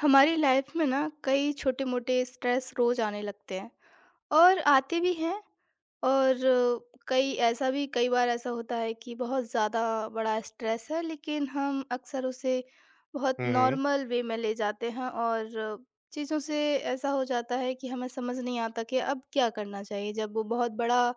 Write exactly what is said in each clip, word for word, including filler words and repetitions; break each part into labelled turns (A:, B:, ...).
A: हमारी लाइफ में ना कई छोटे मोटे स्ट्रेस रोज आने लगते हैं। और आते भी हैं। और कई ऐसा भी कई बार ऐसा होता है कि बहुत ज़्यादा बड़ा स्ट्रेस है, लेकिन हम अक्सर उसे बहुत
B: हुँ, हुँ।
A: नॉर्मल वे में ले जाते हैं। और चीज़ों से ऐसा हो जाता है कि हमें समझ नहीं आता कि अब क्या करना चाहिए, जब वो बहुत बड़ा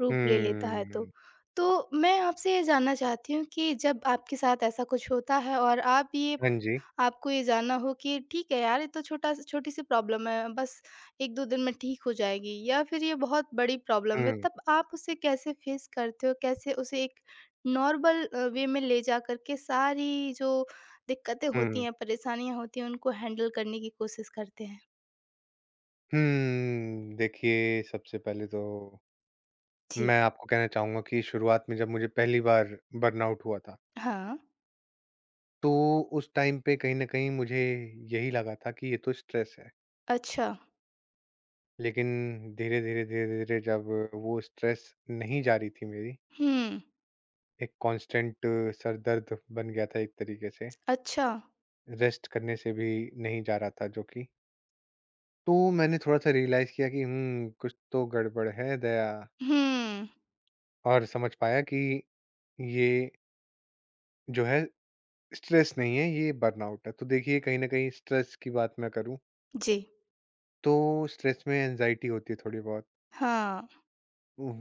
A: रूप ले लेता है तो।
B: हम्म,
A: तो मैं आपसे ये जानना चाहती हूँ कि जब आपके साथ ऐसा कुछ होता है और आप ये
B: हाँ जी।
A: आपको ये जानना हो कि ठीक है यार, ये तो छोटा छोटी सी प्रॉब्लम है, बस एक दो दिन में ठीक हो जाएगी, या फिर ये बहुत बड़ी प्रॉब्लम है,
B: हुँ,
A: तब आप उसे कैसे फेस करते हो? कैसे उसे एक नॉर्मल अ, वे में ले जाकर के सारी जो दिक्कतें होती
B: हुँ,
A: हैं, परेशानियाँ होती हैं, उनको हैंडल करने की कोशिश करते हैं?
B: हुँ। देखिए, सबसे पहले तो
A: जी।
B: मैं आपको कहना चाहूँगा कि शुरुआत में जब मुझे पहली बार बर्नआउट हुआ था,
A: हाँ।
B: तो उस टाइम पे कहीं न कहीं मुझे यही लगा था कि ये तो स्ट्रेस है।
A: अच्छा।
B: लेकिन धीरे-धीरे, धीरे-धीरे जब वो स्ट्रेस नहीं जा रही थी मेरी,
A: हुँ।
B: एक कांस्टेंट सर दर्द बन गया था एक तरीके से,
A: अच्छा।
B: रेस्ट करने से भी नहीं जा रहा था जो कि। तो मैंने थोड़ा-सा रियलाइज़ किया कि हुँ, कुछ तो गड़बड़ है दया।
A: हुँ।
B: और समझ पाया कि ये जो है स्ट्रेस नहीं है, ये बर्नआउट है। तो देखिए कहीं न कहीं स्ट्रेस की बात मैं करूँ,
A: जी।
B: तो स्ट्रेस में एंग्ज़ायटी होती है थोड़ी बहुत,
A: हाँ।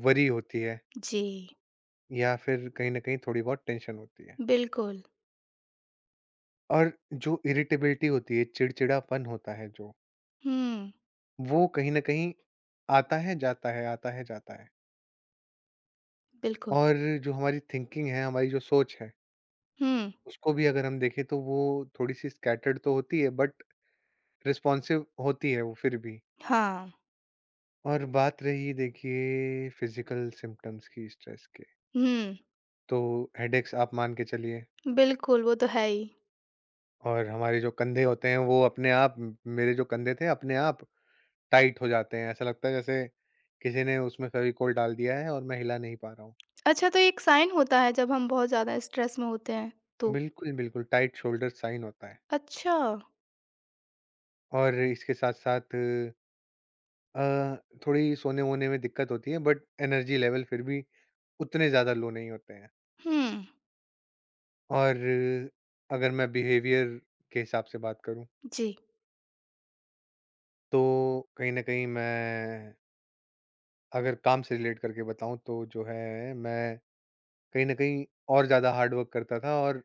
B: वरी होती है,
A: जी।
B: या फिर कहीं न कहीं थोड़ी बहुत टेंशन होती है।
A: बिल्कुल।
B: और जो इरिटेबिलिटी होती है, चिड़चिड़ापन होता है जो,
A: हुँ।
B: वो कहीं न कहीं आता है, जाता है, आता है, जाता है।
A: बिल्कुल।
B: और जो हमारी थिंकिंग है, हमारी जो सोच है,
A: हुँ।
B: उसको भी अगर हम देखें तो वो थोड़ी-सी स्कैटर्ड तो होती है, बट रिस्पॉन्सिव होती है वो फिर भी।
A: हाँ।
B: और बात रही देखिए फिज़िकल सिम्पटम्स की स्ट्रेस के,
A: हुँ।
B: तो हेडेक्स आप मान के चलिए,
A: बिल्कुल, वो तो है ही।
B: और हमारे जो कंधे होते हैं वो अपने आप म मेरे जो कंधे थे अपने आप टाइट हो जाते हैं। ऐसा लगता है जैसे किसी ने उसमें फ़ेविकोल डाल दिया है और मैं हिला नहीं पा रहा हूँ।
A: अच्छा, तो एक साइन होता है जब हम बहुत ज़्यादा स्ट्रेस में होते हैं तो?
B: बिल्कुल, बिल्कुल टाइट शोल्डर साइन होता है।
A: अच्छा।
B: और इसके साथ-साथ अ, थोड़ी सोने-वोने में दिक्कत होती है, बट एनर्जी लेवल फिर भी उतने ज़्यादा लो नहीं होते हैं।
A: हुँ।
B: और अगर मैं बिहेवियर के हिसाब से बात करूँ,
A: जी।
B: तो कहीं न कहीं मैं, अगर काम से रिलेट करके बताऊँ तो जो है, मैं कहीं न कहीं और ज़्यादा हार्ड वर्क करता था और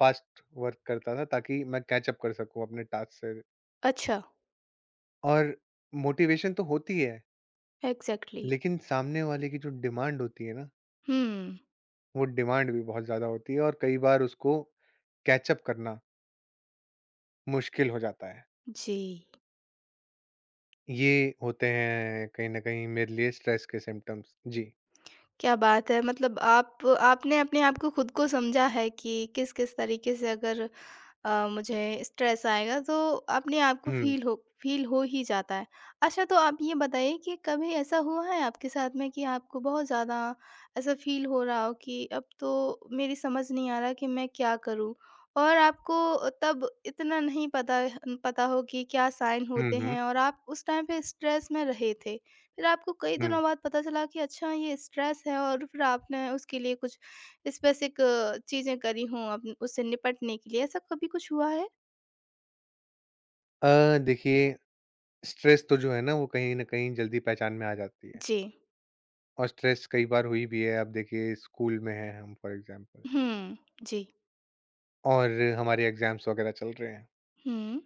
B: फ़ास्ट वर्क करता था, ताकि मैं कैच अप कर सकूँ अपने टास्क से।
A: अच्छा।
B: और मोटिवेशन तो होती है,
A: एग्ज़ैक्टली।
B: लेकिन सामने वाले की जो डिमांड होती है ना,
A: हुँ।
B: वो डिमांड भी बहुत ज़्यादा होती है और कई बार उसको कैच अप करना मुश्किल हो जाता है।
A: जी।
B: ये होते हैं कहीं न कहीं मेरे लिए स्ट्रेस के सिम्पटम्स। जी।
A: क्या बात है, मतलब आप आपने अपने आप को खुद को समझा है कि किस-किस तरीके से अगर अ, मुझे स्ट्रेस आएगा तो अपने आप को
B: हुँ।
A: फ़ील हो फ़ील हो ही जाता है। अच्छा, तो आप ये बताइए कि कभी ऐसा हुआ है आपके साथ में कि आपको बहुत ज़्यादा ऐसा फ़ील हो रहा हो कि अब तो मेरी समझ नहीं आ रहा कि मैं क्या करूँ? और आपको तब इतना नहीं पता पता हो कि क्या साइन
B: हुँ,
A: होते
B: हुँ।
A: हैं और आप उस टाइम पे स्ट्रेस में रहे थे। फिर आपको कई
B: हुँ।
A: दिनों बाद पता चला कि अच्छा, ये स्ट्रेस है, और फिर आपने उसके लिए कुछ स्पेसिक चीज़ें करी हों अब उससे निपटने के लिए, ऐसा कभी कुछ हुआ है?
B: अ, देखिए स्ट्रेस तो जो है ना, वो कहीं न कहीं जल्दी पहचान में आ जाती है।
A: जी।
B: और स्ट्रेस कई बार हुई भी है। अब देखिए, स्कूल में हैं हम फॉर एग्ज़ाम्पल,
A: हुँ। जी।
B: और हमारे एग्ज़ाम्स वग़ैरह चल रहे हैं,
A: हुँ।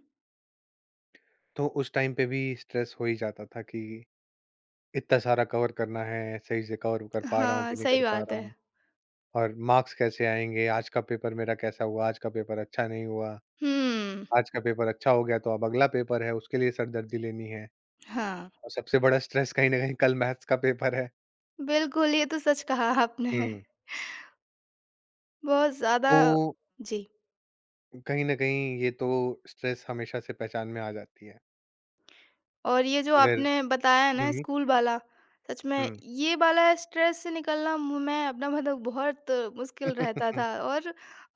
B: तो उस टाइम पे भी स्ट्रेस हो ही जाता था कि इतना सारा कवर करना है, सही से कवर कर पा रहा हूँ
A: हाँ,
B: कि नहीं
A: सही
B: कर पा
A: बात
B: रहा
A: है।
B: हूँ, और मार्क्स कैसे आएँगे? आज का पेपर मेरा कैसा हुआ? आज का पेपर अच्छा नहीं हुआ।
A: हुँ।
B: आज का पेपर अच्छा हो गया तो अब अगला पेपर है, उसके लिए सरदर्दी लेनी है।
A: हाँ।
B: और सबसे बड़ा स्ट्रेस कहीं न कहीं, कल मैथ्स का पेपर है।
A: बिल्कुल, ये तो सच कहा आपने।
B: हुँ।
A: बहुत ज़्यादा।
B: तो
A: जी।
B: कहीं न कहीं ये तो स्ट्रेस हमेशा से पहचान में आ जाती है।
A: और ये जो
B: अगर।
A: आपने बताया है ना,
B: हुँ,
A: स्कूल वाला, सच में
B: हुँ।
A: ये वाला स्ट्रेस से निकलना मु- मैं अपना मतलब बहुत मुश्किल रहता था, और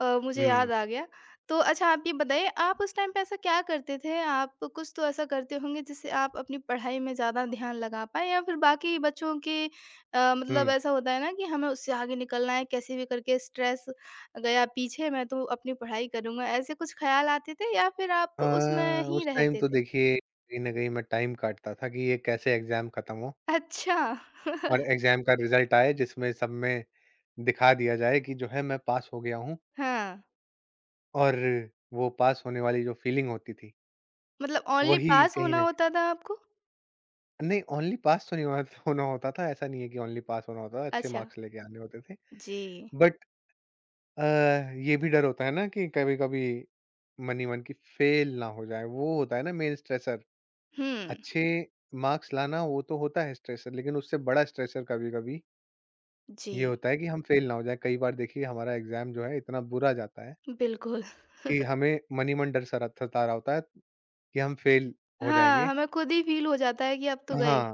A: अ, मुझे
B: हुँ,
A: याद आ गया। तो अच्छा, आप ये बताइए आप उस टाइम पे ऐसा क्या करते थे? आप कुछ तो ऐसा करते होंगे जिससे आप अपनी पढ़ाई में ज़्यादा ध्यान लगा पाएँ, या फिर बाकी बच्चों के अ, मतलब
B: हुँ।
A: ऐसा होता है ना कि हमें उससे आगे निकलना है, कैसे भी करके स्ट्रेस गया पीछे मैं तो अपनी पढ़ाई करूँगा, ऐसे कुछ ख़्याल आते थे या फिर आप
B: अ,
A: उसमें ही
B: उस टाइम
A: रहते
B: तो
A: थे?
B: देखिए कहीं न कहीं मैं टाइम काटता था कि ये कैसे एग्ज़ाम खत्म हो,
A: अच्छा।
B: और एग्ज़ाम का रिज़ल्ट आए, जिसमें सब में दिखा दिया जाए कि जो है, मैं पास हो गया हूँ।
A: हाँ,
B: और वो पास होने वाली जो फीलिंग होती थी,
A: मतलब ओनली
B: वही
A: पास
B: कहीं
A: होना
B: न,
A: होता था आपको?
B: नहीं ओनली पास तो नहीं होना होना होता था, ऐसा नहीं है कि ओनली पास होना होता था, अच्छे
A: अच्छा।
B: मार्क्स लेके आने होते थे।
A: जी।
B: बट अ, ये भी डर होता है ना कि कभी-कभी मनी मन की फेल ना हो जाए, वो होता है ना मेन स्ट्रेसर।
A: हुँ।
B: अच्छे मार्क्स लाना वो तो होता है स्ट्रेसर, लेकिन उससे बड़ा स्ट्रेसर कभी कभी ये
A: जी।
B: होता है कि हम फेल ना हो जाए। कई बार देखिए हमारा एग्जाम जो है इतना बुरा जाता है
A: बिल्कुल।
B: कि हमें मनी मन डर सरा सता रहा होता है कि हम फेल हो
A: हाँ,
B: जाएंगे।
A: हमें खुद ही फ़ील हो जाता है कि अब तो गए।
B: हाँ।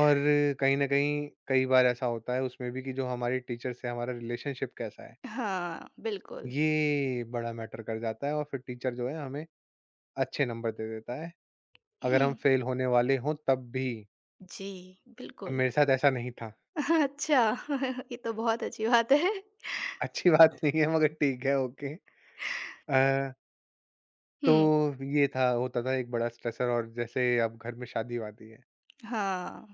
B: और कहीं ना कहीं कई बार ऐसा होता है उसमें भी कि जो हमारे टीचर से हमारा रिलेशनशिप कैसा है,
A: हाँ, बिल्कुल।
B: ये बड़ा मैटर कर जाता है, और फिर टीचर जो है हमें अच्छे नंबर दे देता है अगर हम
A: हुँ।
B: फेल होने वाले हों तब भी।
A: जी। बिल्कुल।
B: मेरे साथ ऐसा नहीं था।
A: अच्छा, ये तो बहुत अच्छी बात है।
B: अच्छी बात नहीं है मगर ठीक है, ओके। अ, तो
A: हुँ।
B: ये था, होता था एक बड़ा स्ट्रेसर। और जैसे अब घर में शादी-वादी है।
A: हाँ,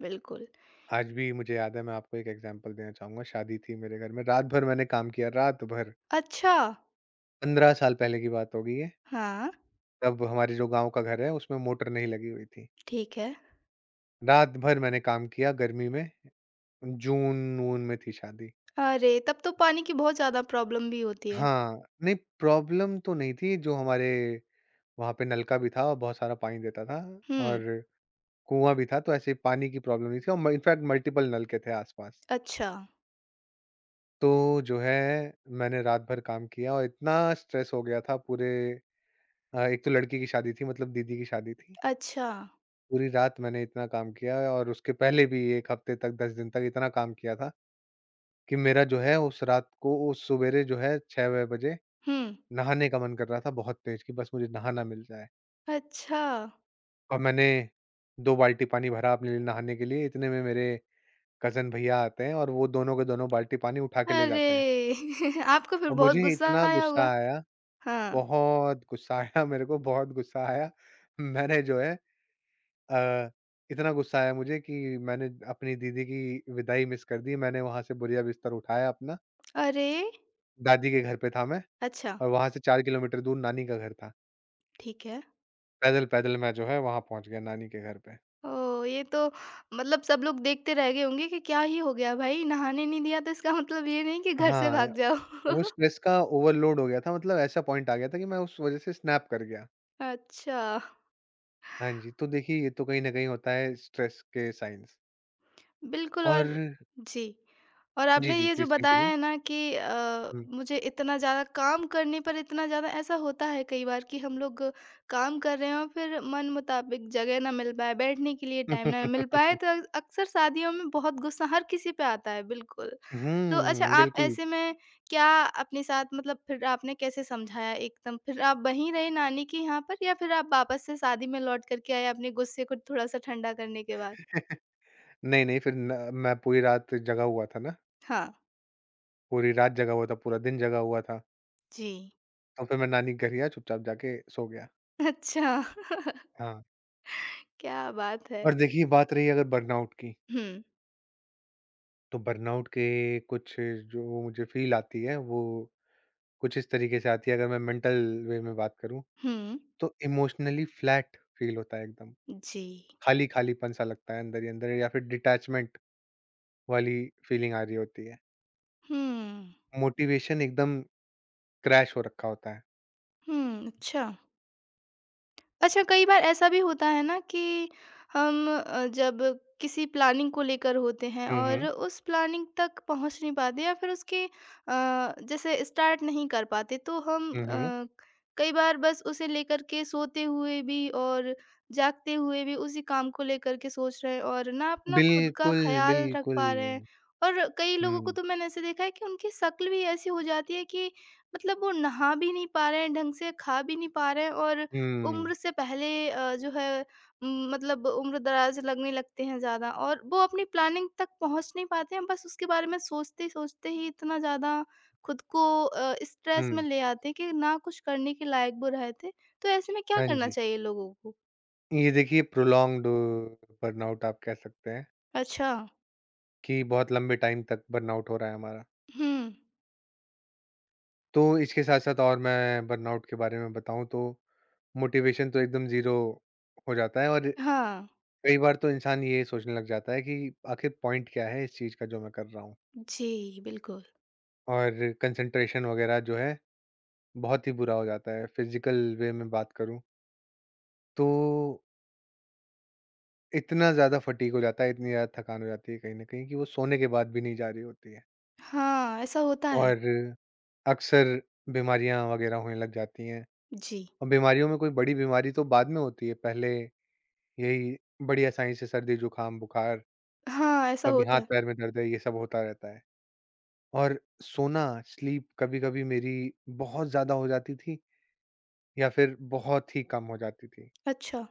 A: बिल्कुल।
B: आज भी मुझे याद है, मैं आपको एक एग्ज़ाम्पल देना चाहूँगा, शादी थी मेरे घर में, रात भर मैंने काम किया, रात भर।
A: अच्छा।
B: पंद्रह साल पहले की बात होगी ये।
A: हाँ,
B: तब हमारे जो गाँव का घर है उसमें मोटर नहीं लगी हुई थी।
A: ठीक है।
B: रात भर मैंने काम किया गर्मी में, जून-वून में थी शादी।
A: अरे, तब तो पानी की बहुत ज़्यादा प्रॉब्लम भी होती है।
B: हाँ, नहीं प्रॉब्लम तो नहीं थी, जो हमारे वहाँ पे नलका भी था और बहुत सारा पानी देता था,
A: हुँ।
B: और कुआँ भी था तो ऐसे पानी की प्रॉब्लम नहीं थी, और इनफैक्ट मल्टीपल नल के थे आसपास।
A: अच्छा।
B: तो जो है, मैंने रात भर काम किया और इतना स्ट्रेस हो गया था पूरे, अ, एक तो लड़की की शादी थी, मतलब दीदी की शादी थी।
A: अच्छा।
B: पूरी रात मैंने इतना काम किया और उसके पहले भी एक हफ्ते तक, दस दिन तक इतना काम किया था कि मेरा जो है उस रात को, उस सुबेरे जो है छह छह बजे
A: हुँ।
B: नहाने का मन कर रहा था बहुत तेज़, कि बस मुझे नहाना मिल जाए।
A: अच्छा।
B: और मैंने दो बाल्टी पानी भरा अपने लिए नहाने के लिए, इतने में मेरे कज़न भैया आते हैं और वो दोनों के दोनों बाल्टी पानी उठा के ले जाते हैं।
A: अरे! आपको फिर
B: और
A: बहुत
B: मुझे
A: गुस्सा
B: इतना
A: आया होगा।
B: गुस्सा आया,
A: हाँ।
B: बहुत गुस्सा आया, मेरे को बहुत गुस्सा आया। मैंने जो है अ, इतना गुस्सा आया मुझे कि मैंने अपनी दीदी की विदाई मिस कर दी। मैंने वहाँ से बोरिया-बिस्तर उठाया अपना,
A: अरे!
B: दादी के घर पे था मैं,
A: अच्छा।
B: और वहाँ से चार किलोमीटर दूर नानी का घर था।
A: ठीक है।
B: पैदल-पैदल मैं जो है वहाँ पहुँच गया नानी के घर पे।
A: ओह! ये तो मतलब सब लोग देखते रह गए होंगे कि क्या ही हो गया भाई, नहाने नहीं दिया तो इसका मतलब ये नहीं कि घर से
B: हाँ,
A: भाग जाओ।
B: वो स्ट्रेस का ओवरलोड हो गया था, मतलब ऐसा पॉइंट आ गया था कि मैं उस वज़ह से स्नैप कर गया।
A: अच्छा।
B: हाँ जी, तो देखिए ये तो कहीं न कहीं होता है स्ट्रेस के साइन्स।
A: बिल्कुल।
B: और।
A: और जी। और
B: जी,
A: आपने
B: जी,
A: ये जो
B: प्लीज़
A: बताया
B: कंटिन्यू।
A: है ना कि अ,
B: हुँ।
A: मुझे इतना ज़्यादा काम करने पर इतना ज़्यादा ऐसा होता है कई बार कि हम लोग काम कर रहे हैं और फिर मन मुताबिक जगह ना मिल पाए, बैठने के लिए टाइम ना मिल पाए
B: हुँ,
A: तो अक्सर शादियों में बहुत गुस्सा हर किसी पे आता है, बिल्कुल। तो अच्छा, आप
B: बिल्कुल।
A: ऐसे में क्या अपने साथ मतलब फिर आपने कैसे समझाया एकदम? फिर आप वहीं रहे नानी के यहाँ पर, या फिर आप वापस से शादी में लौट कर के आए अपने गुस्से को थोड़ा-सा ठंडा करने के बाद?
B: नहीं, नहीं फिर न मैं पूरी रात जगा हुआ था ना,
A: हाँ।
B: पूरी रात जगा हुआ था, पूरा दिन जगा हुआ था,
A: जी।
B: तो फिर मैं नानी के घर गया, चुपचाप जाके सो गया।
A: अच्छा।
B: हाँ,
A: क्या बात है!
B: और देखिए बात रही अगर बर्नआउट की,
A: हुँ।
B: तो बर्नआउट के कुछ जो मुझे फ़ील आती है, वो कुछ इस तरीके से आती है। अगर मैं मेंटल वे में बात करूँ,
A: हुँ।
B: तो इमोशनली फ्लैट फ़ील होता है एकदम।
A: जी।
B: खाली-खालीपन सा लगता है अंदर ही अंदर, या फिर डिटैचमेंट वाली फीलिंग आ रही होती है।
A: हुँ।
B: मोटिवेशन एकदम क्रैश हो रखा होता है।
A: हुँ। अच्छा। अच्छा, कई बार ऐसा भी होता है ना कि हम अ, जब किसी प्लानिंग को लेकर होते हैं
B: हुँ,
A: और
B: हुँ।
A: उस प्लानिंग तक पहुंच नहीं पाते, या फिर उसके अ, जैसे स्टार्ट नहीं कर पाते, तो हम
B: हुँ, हुँ।
A: अ, कई बार बस उसे लेकर के सोते हुए भी और जागते हुए भी उसी काम को लेकर के सोच रहे हैं, और ना अपना खुद का
B: बिल्कुल,
A: ख्याल रख
B: बिल्कुल।
A: पा रहे हैं, और कई लोगों को
B: हुँ।
A: तो मैंने ऐसे देखा है कि उनकी शक्ल भी ऐसी हो जाती है कि मतलब वो नहा भी नहीं पा रहे हैं, ढंग से खा भी नहीं पा रहे हैं, और
B: हुँ,
A: उम्र से पहले अ, जो है उम, मतलब उम्र-दराज़ लगने लगते हैं ज़्यादा, और वो अपनी प्लानिंग तक पहुँच नहीं पाते हैं, बस उसके बारे में सोचते-सोचते ही इतना ज़्यादा खुद को अ, स्ट्रेस में
B: हुँ।
A: ले आते हैं कि ना कुछ करने के लायक वो रहते। तो ऐसे में क्या
B: हाँ
A: करना
B: जी।
A: चाहिए लोगों को?
B: ये देखिए प्रोलॉन्ग्ड बर्नआउट आप कह सकते हैं,
A: अच्छा।
B: कि बहुत लंबे टाइम तक बर्नआउट हो रहा है हमारा।
A: हुँ।
B: तो इसके साथ-साथ, और मैं बर्नआउट के बारे में बताऊँ तो, मोटिवेशन तो एकदम ज़ीरो हो जाता है, और
A: हाँ।
B: कई बार तो इंसान ये सोचने लग जाता है कि आखिर पॉइंट क्या है इस चीज़ का जो मैं कर रहा हूँ?
A: जी, बिल्कुल।
B: और कंसंट्रेशन वगैरह जो है बहुत ही बुरा हो जाता है। फ़िज़िकल वे में बात करूँ, तो इतना ज़्यादा फटीग हो जाता है, इतनी ज़्यादा थकान हो जाती है कहीं न कहीं, कि वो सोने के बाद भी नहीं जा रही होती है।
A: हाँ, ऐसा होता है।
B: और अक्सर बीमारियाँ वगैरह होने लग जाती हैं,
A: जी।
B: और बीमारियों में कोई बड़ी बीमारी तो बाद में होती है, पहले यही बड़ी आसानी से सर्दी, जुकाम, बुखार,
A: हाँ, ऐसा
B: कभी
A: होता है।
B: हाथ-पैर में दर्द है, ये सब होता रहता है। और सोना, स्लीप कभी-कभी मेरी बहुत ज़्यादा हो जाती थी, या फिर बहुत ही कम हो जाती थी।
A: अच्छा।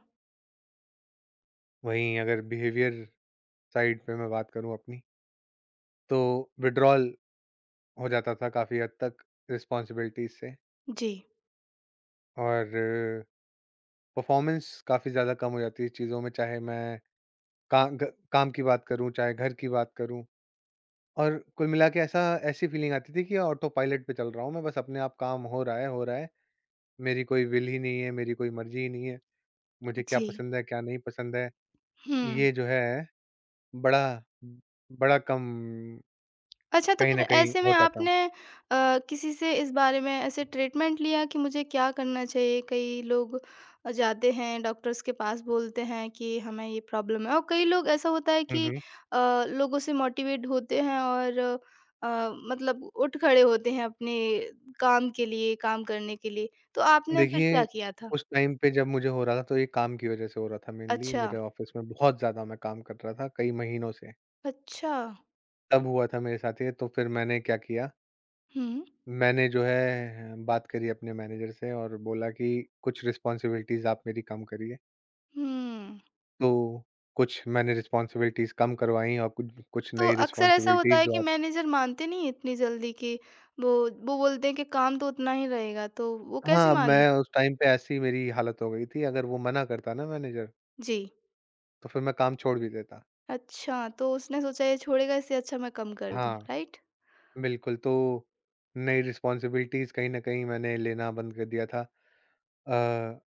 B: वहीं अगर बिहेवियर साइड पे मैं बात करूँ अपनी, तो विथड्रॉल हो जाता था काफ़ी हद तक रिस्पॉन्सिबिलिटीज़ से।
A: जी।
B: और परफॉर्मेंस काफ़ी ज़्यादा कम हो जाती है चीज़ों में, चाहे मैं का ग काम की बात करूँ, चाहे घर की बात करूँ। और कुल मिला के ऐसा ऐसी फीलिंग आती थी कि ऑटो पायलट पे चल रहा हूँ मैं, बस अपने आप काम हो रहा है, हो रहा है। मेरी कोई विल ही नहीं है, मेरी कोई मर्ज़ी ही नहीं है। मुझे क्या
A: जी।
B: पसंद है, क्या नहीं पसंद है,
A: हुँ।
B: ये जो है बड़ा, बड़ा कम
A: अच्छा, तो
B: कहीं
A: फिर
B: न कहीं
A: ऐसे में
B: होता था।
A: आपने अ, किसी से इस बारे में ऐसे ट्रीटमेंट लिया कि मुझे क्या करना चाहिए? कई लोग अ, जाते हैं डॉक्टर्स के पास, बोलते हैं कि हमें ये प्रॉब्लम है, और कई लोग ऐसा होता है
B: हुँ,
A: कि
B: हुँ।
A: अ, लोगों से मोटिवेट होते हैं और अ, मतलब उठ खड़े होते हैं अपने काम के लिए, काम करने के लिए। तो आपने फिर
B: देखिए,
A: क्या किया था?
B: उस टाइम पे जब मुझे हो रहा था, तो ये काम की वज़ह से हो रहा था मेनली,
A: अच्छा।
B: मेरे ऑफ़िस में बहुत ज़्यादा मैं काम कर रहा था कई महीनों से।
A: अच्छा।
B: तब हुआ था मेरे साथ ये, तो फिर मैंने क्या किया,
A: हुँ।
B: मैंने जो है बात करी अपने मैनेजर से और बोला कि कुछ रिस्पॉन्सिबिलिटीज़ आप मेरी कम करिए।
A: हुँ।
B: तो कुछ मैंने रिस्पॉन्सिबिलिटीज़ कम करवाई और कुछ कुछ
A: तो
B: नई
A: अक्सर ऐसा होता
B: रिस्पॉन्सिबिलिटीज़
A: है कि
B: जो।
A: मैनेजर मानते नहीं हैं इतनी जल्दी कि वो वो बोलते हैं कि काम तो उतना ही रहेगा, तो वो कैसे
B: हाँ,
A: माने?
B: मैं उस टाइम पे ऐसी मेरी हालत हो गई थी, अगर वो मना करता ना मैनेजर,
A: जी।
B: तो फिर मैं काम छोड़ भी देता।
A: अच्छा, तो उसने सोचा ये छोड़ेगा, इससे अच्छा मैं कम कर दूँ,
B: हाँ,
A: राइट?
B: बिल्कुल, तो नई रिस्पॉन्सिबिलिटीज़ कहीं न कहीं मैंने लेना बंद कर दिया था। अ,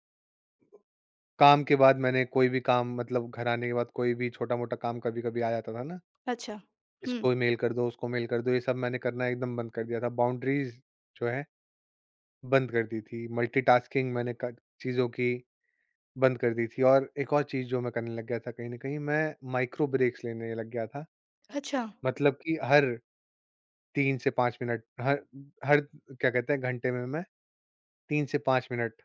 B: काम के बाद मैंने कोई भी काम, मतलब घर आने के बाद कोई भी छोटा-मोटा काम कभी-कभी आ जाता था ना,
A: अच्छा। हुँ।
B: इसको मेल कर दो, उसको मेल कर दो, ये सब मैंने करना एकदम बंद कर दिया था। बाउंड्रीज़ जो है, बंद कर दी थी। मल्टीटास्किंग मैंने क चीज़ों की बंद कर दी थी। और एक और चीज़ जो मैं करने लग गया था कहीं न कहीं, मैं माइक्रो ब्रेक्स लेने लग गया था।
A: अच्छा,
B: मतलब कि हर तीन से पाँच मिनट, हर हर क्या कहते हैं, घंटे में मैं तीन से पाँच मिनट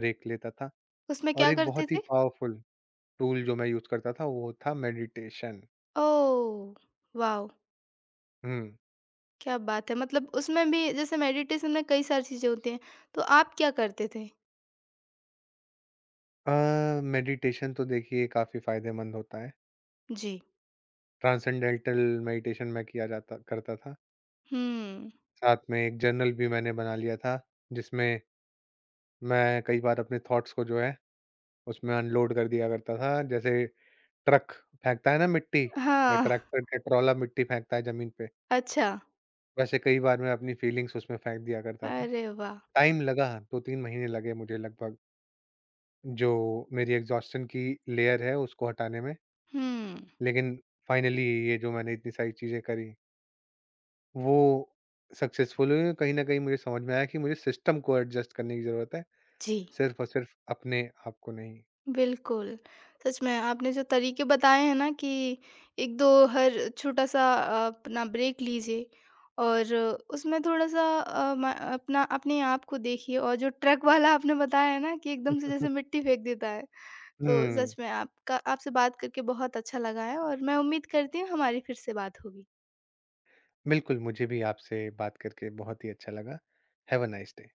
B: ब्रेक लेता था।
A: उसमें
B: और
A: क्या
B: एक
A: करते
B: बहुत ही
A: थे?
B: पावरफुल टूल जो मैं यूज़ करता था, वो था मेडिटेशन।
A: ओह! वॉव!
B: हुँ।
A: क्या बात है! मतलब उसमें भी जैसे मेडिटेशन में कई सारी चीज़ें होती हैं, तो आप क्या करते थे?
B: अ, मेडिटेशन तो देखिए काफ़ी फ़ायदेमंद होता है।
A: जी।
B: ट्रांसेंडेंटल मेडिटेशन मैं किया जाता करता था।
A: हुँ।
B: साथ में एक जर्नल भी मैंने बना लिया था, जिसमें मैं कई बार अपने थॉट्स को जो है उसमें अनलोड कर दिया करता था। जैसे ट्रक फेंकता है ना मिट्टी, या
A: हाँ,
B: ट्रैक्टर का ट्रॉला मिट्टी फेंकता है जमीन पे,
A: अच्छा।
B: वैसे कई बार मैं अपनी फीलिंग्स उसमें फेंक दिया करता था।
A: अरे वाह!
B: टाइम लगा, दो तीन महीने लगे मुझे लगभग, जो मेरी एग्ज़ॉस्शन की लेयर है उसको हटाने में,
A: हुँ।
B: लेकिन फाइनली ये जो मैंने इतनी सारी चीज़ें करी, वो सक्सेसफुल हुई, और कहीं न कहीं मुझे समझ में आया कि मुझे सिस्टम को एडजस्ट करने की ज़रूरत है,
A: जी।
B: सिर्फ़ और सिर्फ़ अपने आप को नहीं।
A: बिल्कुल, सच में आपने जो तरीके बताए हैं ना कि एक दो हर छोटा-सा अ, अपना ब्रेक लीजिए और उसमें थोड़ा-सा अ, म अपना अपने आप को देखिए, और जो ट्रक वाला आपने बताया है ना कि एकदम से जैसे मिट्टी फेंक देता है, तो
B: हुँ,
A: सच में आपका आपसे बात करके बहुत अच्छा लगा है, और मैं उम्मीद करती हूँ हमारी फिर से बात होगी।
B: बिल्कुल मुझे भी आपसे बात करके बहुत ही अच्छा लगा। Have a nice day.